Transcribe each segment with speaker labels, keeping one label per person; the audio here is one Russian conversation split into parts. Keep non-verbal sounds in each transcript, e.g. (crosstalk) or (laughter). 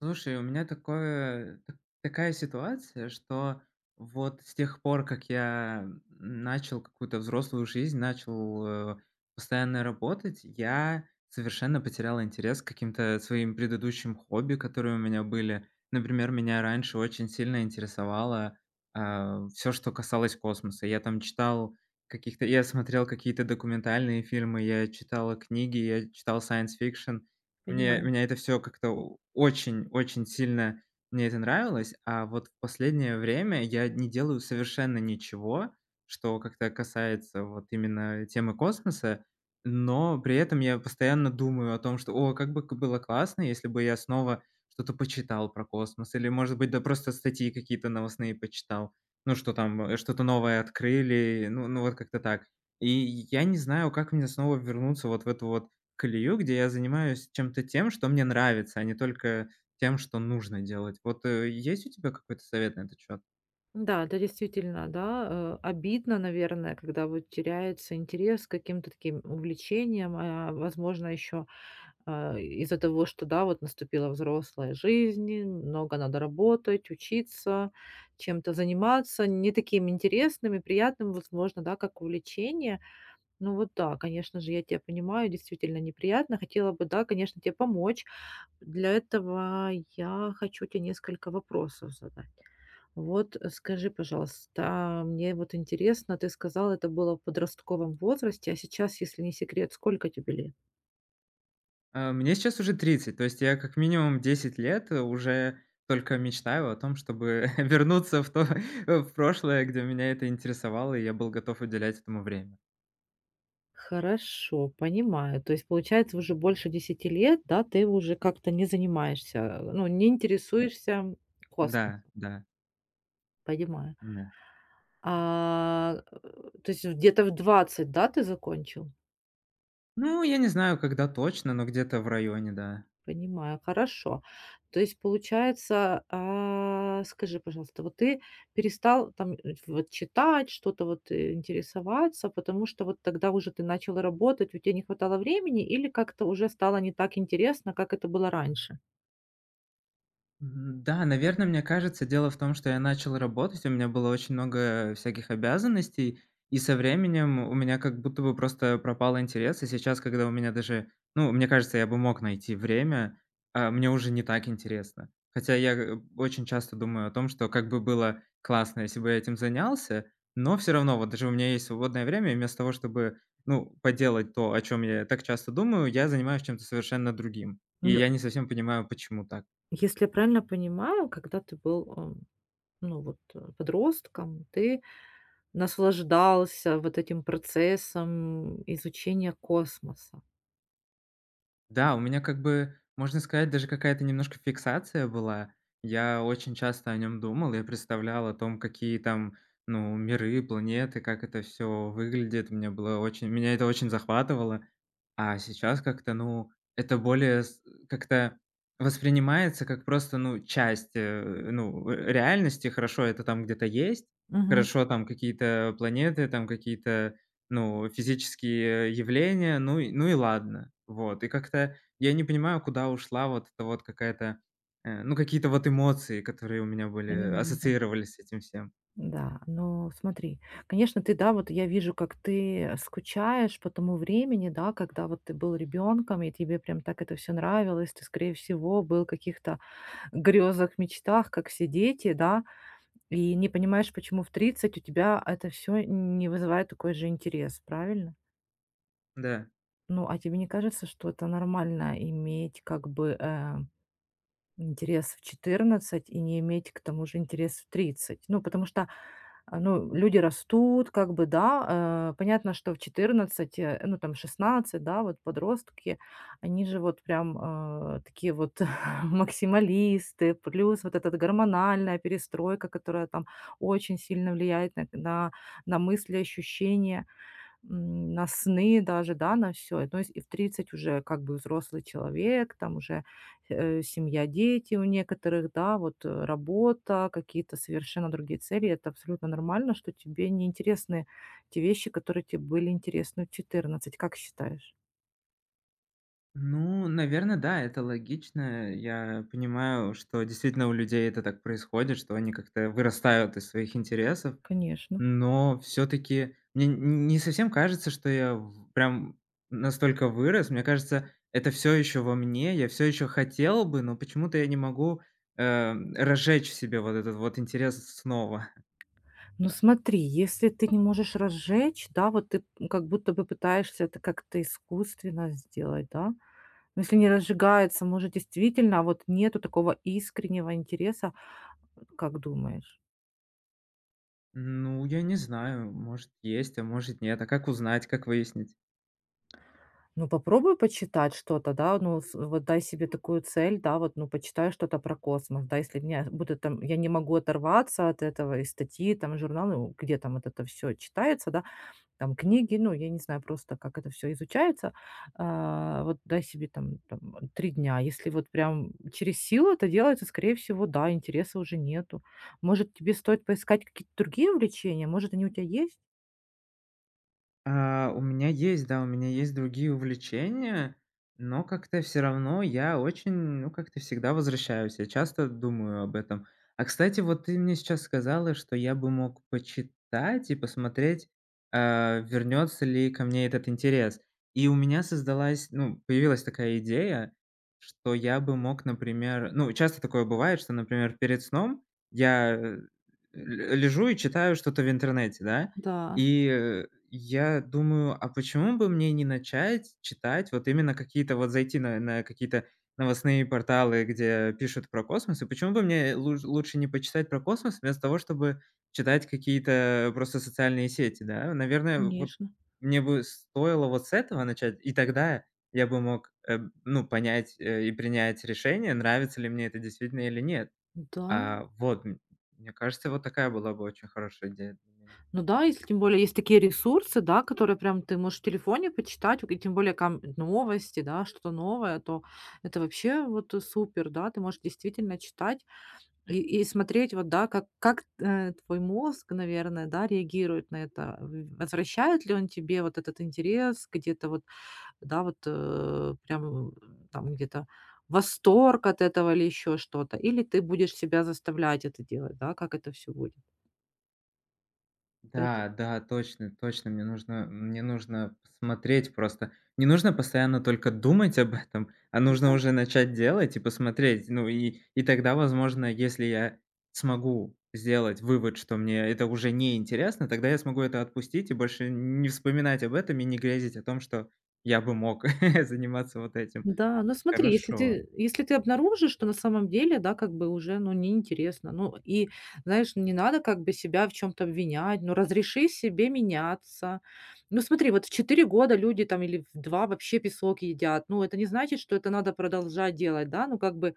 Speaker 1: Слушай, у меня такое так такая ситуация, что вот с тех пор, как я начал какую-то взрослую жизнь, э, постоянно работать, я совершенно потерял интерес к каким-то своим предыдущим хобби, которые у меня были. Например, меня раньше очень сильно интересовало все, что касалось космоса. Я там читал каких-то я смотрел какие-то документальные фильмы, я читал книги, я читал science fiction. Мне
Speaker 2: Понимаю.
Speaker 1: меня это все как-то очень очень сильно мне это нравилось, а вот в последнее время я не делаю совершенно ничего, что как-то касается вот именно темы космоса, но при этом я постоянно думаю о том, что: "О, как бы к было классно, если бы я снова что-то почитал про космос". Или, может быть, да просто статьи какие-то новостные почитал. Ну, что там, что-то новое открыли, ну вот как-то так. И я не знаю, как мне снова вернуться вот в эту вот колею, где я занимаюсь чем-то тем, что мне нравится, а не только тем, что нужно делать. Вот, есть у тебя какой-то совет на этот счет?
Speaker 2: Да, это действительно, да, обидно, наверное, когда вот теряется интерес к каким-то таким увлечениям, а, возможно, еще из-за того, что, да, вот наступила взрослая жизнь, много надо работать, учиться, чем-то заниматься, не таким интересным и приятным, возможно, да, как увлечение. Ну вот да, конечно же, я тебя понимаю, действительно неприятно. Хотела бы, да, конечно, тебе помочь. Для этого я хочу тебе несколько вопросов задать. Вот, скажи, пожалуйста, а, мне вот интересно, ты сказал, это было в подростковом возрасте, а сейчас, если не секрет, сколько тебе лет?
Speaker 1: А, мне сейчас уже 30, то есть я как минимум 10 лет, уже только мечтаю о том, чтобы (laughs) вернуться в то (laughs) в прошлое, где меня это интересовало, и я был готов уделять этому время.
Speaker 2: Хорошо, понимаю. То есть, получается, уже больше 10 лет, да, ты уже как-то не занимаешься, ну, не интересуешься
Speaker 1: Да,
Speaker 2: космосом,
Speaker 1: да,
Speaker 2: понимаю.
Speaker 1: да.
Speaker 2: А, то есть, где-то в 20, да, ты закончил?
Speaker 1: Ну, я не знаю, когда точно, но где-то в районе, да.
Speaker 2: Понимаю, хорошо. То есть получается, а, скажи, пожалуйста, вот ты перестал там, вот читать, что-то вот, интересоваться, потому что вот тогда уже ты начал работать, у тебя не хватало времени или как-то уже стало не так интересно, как это было раньше?
Speaker 1: Мгм. Да, наверное, мне кажется, дело в том, что я начал работать, у меня было очень много всяких обязанностей, и со временем у меня как будто бы просто пропал интерес. И сейчас, когда у меня даже, ну, мне кажется, я бы мог найти время, мне уже не так интересно. Хотя я очень часто думаю о том, что как бы было классно, если бы я этим занялся, но все равно, вот даже у меня есть свободное время, и вместо того, чтобы, ну, поделать то, о чем я так часто думаю, я занимаюсь чем-то совершенно другим. И
Speaker 2: Ну,
Speaker 1: я не совсем понимаю, почему так.
Speaker 2: если я правильно понимаю, когда ты был, ну, вот, подростком, ты наслаждался вот этим процессом изучения космоса.
Speaker 1: Да, у меня как бы, можно сказать, даже какая-то немножко фиксация была. Я очень часто о нем думал. Я представлял о том, какие там, ну, миры, планеты, как это все выглядит. Мне было очень меня это очень захватывало. А сейчас как-то, ну, это более с как-то воспринимается как просто, ну, часть, реальности. Хорошо, это там где-то есть.
Speaker 2: Мгм.
Speaker 1: Хорошо, там какие-то планеты, там какие-то ну, физические явления, ну и ладно. Вот. И как-то я не понимаю, куда ушла вот эта вот какая-то, ну, какие-то вот эмоции, которые у меня были,
Speaker 2: Понимаю, да.
Speaker 1: ассоциировались с этим всем.
Speaker 2: Да, но смотри, конечно, ты, да, вот я вижу, как ты скучаешь по тому времени, да, когда вот ты был ребенком, и тебе прям так это все нравилось, ты, скорее всего, был в каких-то грезах, мечтах, как все дети, да, и не понимаешь, почему в 30 у тебя это все не вызывает такой же интерес, правильно?
Speaker 1: Да.
Speaker 2: Ну, а тебе не кажется, что это нормально иметь как бы интерес в 14 и не иметь к тому же интерес в 30? Ну, потому что. А, ну, люди растут, как бы, да. Понятно, что в 14, ну, там 16, да, вот подростки, они же вот прям, такие вот (laughs) максималисты, плюс вот эта гормональная перестройка, которая там очень сильно влияет на мысли, ощущения на сны даже, да, на все. То есть и в 30 уже как бы взрослый человек, там уже, семья, дети у некоторых, да, вот, работа, какие-то совершенно другие цели. Это абсолютно нормально, что тебе неинтересны те вещи, которые тебе были интересны в 14. Как считаешь?
Speaker 1: Ну, наверное, да, это логично. Я понимаю, что действительно у людей это так происходит, что они как-то вырастают из своих интересов.
Speaker 2: Конечно.
Speaker 1: Но все таки мне н не совсем кажется, что я в прям настолько вырос. Мне кажется, это все еще во мне. Я все еще хотел бы, но почему-то я не могу, разжечь в себе вот этот вот интерес снова.
Speaker 2: Ну смотри, если ты не можешь разжечь, да, вот ты, как будто бы пытаешься это как-то искусственно сделать, да. Но если не разжигается, может, действительно а вот нету такого искреннего интереса. Как думаешь?
Speaker 1: Ну, я не знаю, может, есть, а может, нет. А как узнать, как выяснить?
Speaker 2: Ну, попробуй почитать что-то, да, ну, с вот дай себе такую цель, да, вот, ну, почитай что-то про космос, да, если меня будет там, я не могу оторваться от этого, и статьи, там, журналы, ну, где там вот это все читается, да, там, книги, ну, я не знаю просто, как это все изучается, а, вот дай себе там 3 дня. Если вот прям через силу это делается, скорее всего, да, интереса уже нету. Может, тебе стоит поискать какие-то другие увлечения? Может, они у тебя есть?
Speaker 1: А, у меня есть, да, у меня есть другие увлечения, но как-то все равно я очень, ну, как-то всегда возвращаюсь. Я часто думаю об этом. А, кстати, вот ты мне сейчас сказала, что я бы мог почитать и посмотреть, а, вернется ли ко мне этот интерес. И у меня создалась, ну, появилась такая идея, что я бы мог, например, ну, часто такое бывает, что, например, перед сном я ле лежу и читаю что-то в интернете, да?
Speaker 2: Да,
Speaker 1: И, я думаю, а почему бы мне не начать читать вот именно какие-то вот зайти на какие-то новостные порталы, где пишут про космос, и почему бы мне луж лучше не почитать про космос, вместо того, чтобы читать какие-то просто социальные сети, да? Наверное, вот
Speaker 2: конечно.
Speaker 1: мне бы стоило вот с этого начать, и тогда я бы мог, ну, понять, и принять решение, нравится ли мне это действительно или нет.
Speaker 2: Да.
Speaker 1: А, вот, м мне кажется, вот такая была бы очень хорошая идея для меня.
Speaker 2: Ну да, если тем более есть такие ресурсы, да, которые прям ты можешь в телефоне почитать, и тем более там новости, да, что-то новое, то это вообще вот супер, да, ты можешь действительно читать и смотреть, вот, да, как твой мозг, наверное, да, реагирует на это. Возвращает ли он тебе вот этот интерес, где-то вот, да, вот прям там где-то восторг от этого или еще что-то, или ты будешь себя заставлять это делать, да, как это все будет. Поэтому,
Speaker 1: Да, да, точно, точно. Мне нужно посмотреть просто. Не нужно постоянно только думать об этом, а
Speaker 2: да.
Speaker 1: нужно уже начать делать и посмотреть. Ну и тогда, возможно, если я смогу сделать вывод, что мне это уже не интересно, тогда я смогу это отпустить и больше не вспоминать об этом и не грезить о том, что я бы мог (laughs) заниматься вот этим.
Speaker 2: Да, ну смотри, если
Speaker 1: Хорошо.
Speaker 2: ты если ты обнаружишь, что на самом деле, да, как бы уже, ну, неинтересно, ну, и, знаешь, не надо как бы себя в чем то обвинять, ну, разреши себе меняться. Ну, смотри, вот в 4 года люди там или в 2 вообще песок едят. Ну, это не значит, что это надо продолжать делать, да, ну, как бы,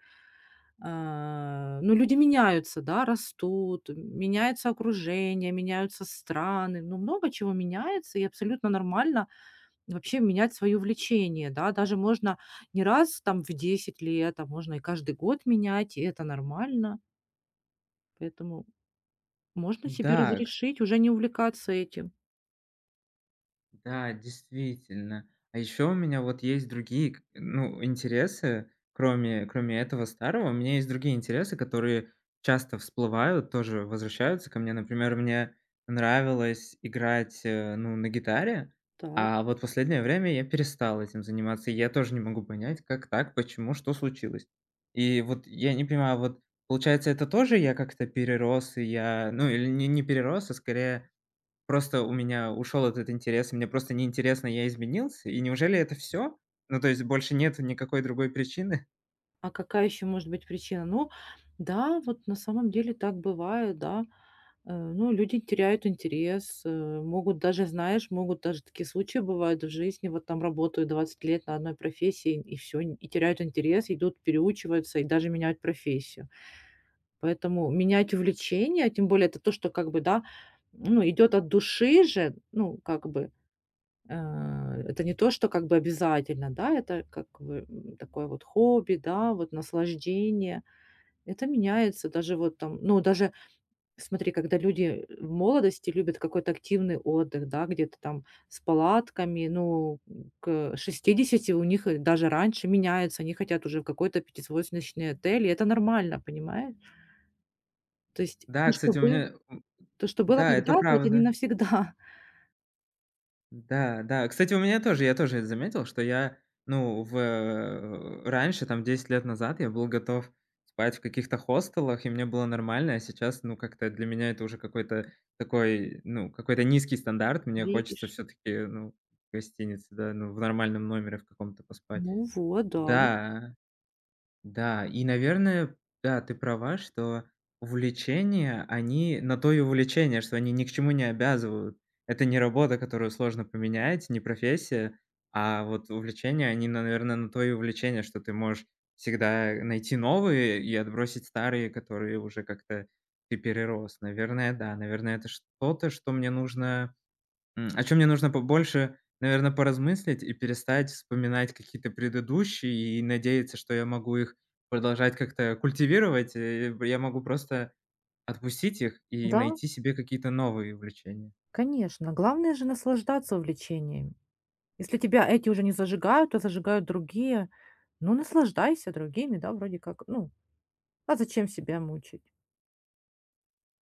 Speaker 2: а, ну, люди меняются, да, растут, меняется окружение, меняются страны, ну, много чего меняется, и абсолютно нормально вообще менять свое увлечение, да, даже можно не раз там в 10 лет, а можно и каждый год менять, и это нормально. Поэтому можно себе
Speaker 1: Да,
Speaker 2: разрешить уже не увлекаться этим.
Speaker 1: да, действительно. А еще у меня вот есть другие, ну, интересы, кроме, кроме этого старого, у меня есть другие интересы, которые часто всплывают, тоже возвращаются ко мне. Например, мне нравилось играть, ну, на гитаре,
Speaker 2: Так,
Speaker 1: а вот последнее время я перестал этим заниматься. Я тоже не могу понять, как так, почему, что случилось. И вот я не понимаю, вот получается, это тоже я как-то перерос, и я, ну, или не перерос, а скорее просто у меня ушел этот интерес, и мне просто неинтересно, я изменился? И неужели это все? Ну, то есть больше нет никакой другой причины?
Speaker 2: а какая еще может быть причина? Ну, да, вот на самом деле так бывает, да. Ну, люди теряют интерес, могут даже, знаешь, могут даже такие случаи бывают в жизни, вот там работают 20 лет на одной профессии, и все, и теряют интерес, идут, переучиваются и даже меняют профессию. Поэтому менять увлечение, тем более это то, что как бы, да, ну, идет от души же, ну, как бы, это не то, что как бы обязательно, да, это как бы такое вот хобби, да, вот наслаждение. Это меняется даже вот там, ну, даже, смотри, когда люди в молодости любят какой-то активный отдых, да, где-то там с палатками, ну, к 60 у них и даже раньше меняется, они хотят уже в какой-то пятизвездочный отель, и это нормально, понимаешь? То есть, ну,
Speaker 1: Да, кстати,
Speaker 2: чтобы. То, что было
Speaker 1: да, это
Speaker 2: когда-то, это не
Speaker 1: правда.
Speaker 2: навсегда.
Speaker 1: Да, да. Кстати, у меня тоже, я тоже это заметил, что я, ну, раньше, там 10 лет назад, я был готов спать в каких-то хостелах, и мне было нормально, а сейчас, ну, как-то для меня это уже какой-то такой, ну, какой-то низкий стандарт. Мне хочется
Speaker 2: Видишь?
Speaker 1: все таки ну, в гостинице, да, ну, в нормальном номере в каком-то поспать.
Speaker 2: Ну вот, да.
Speaker 1: Да. Да, и, наверное, да, ты права, что увлечения, они на то и увлечения, что они ни к чему не обязывают. Это не работа, которую сложно поменять, не профессия, а вот увлечения, они, наверное, на то и увлечения, что ты можешь всегда найти новые и отбросить старые, которые уже как-то ты перерос. Наверное, да, наверное, это что-то, что мне нужно о чем мне нужно побольше, наверное, поразмыслить и перестать вспоминать какие-то предыдущие и надеяться, что я могу их продолжать как-то культивировать. Я могу просто отпустить их и
Speaker 2: Да,
Speaker 1: найти себе какие-то новые увлечения.
Speaker 2: конечно. Главное же наслаждаться увлечениями. Если тебя эти уже не зажигают, то зажигают другие, ну, наслаждайся другими, да, вроде как. Ну, а зачем себя мучить?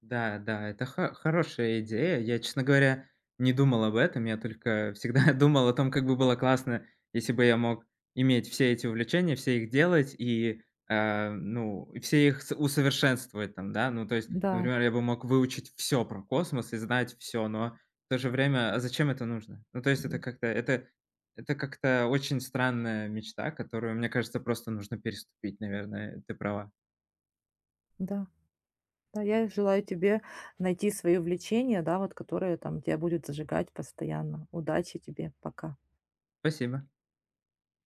Speaker 1: Да, да, это хо хорошая идея. Я, честно говоря, не думал об этом. Я только всегда (laughs) думал о том, как бы было классно, если бы я мог иметь все эти увлечения, все их делать и, ну, и все их с усовершенствовать там, да. Ну, то есть,
Speaker 2: Да.
Speaker 1: например, я бы мог выучить все про космос и знать все. Но в то же время, а зачем это нужно? Ну, то есть это
Speaker 2: Мгм.
Speaker 1: как-то это это как-то очень странная мечта, которую, мне кажется, просто нужно переступить, наверное. Ты права.
Speaker 2: Да. Да, я желаю тебе найти свое увлечение, да, вот которое там тебя будет зажигать постоянно. Удачи тебе. Пока.
Speaker 1: Спасибо.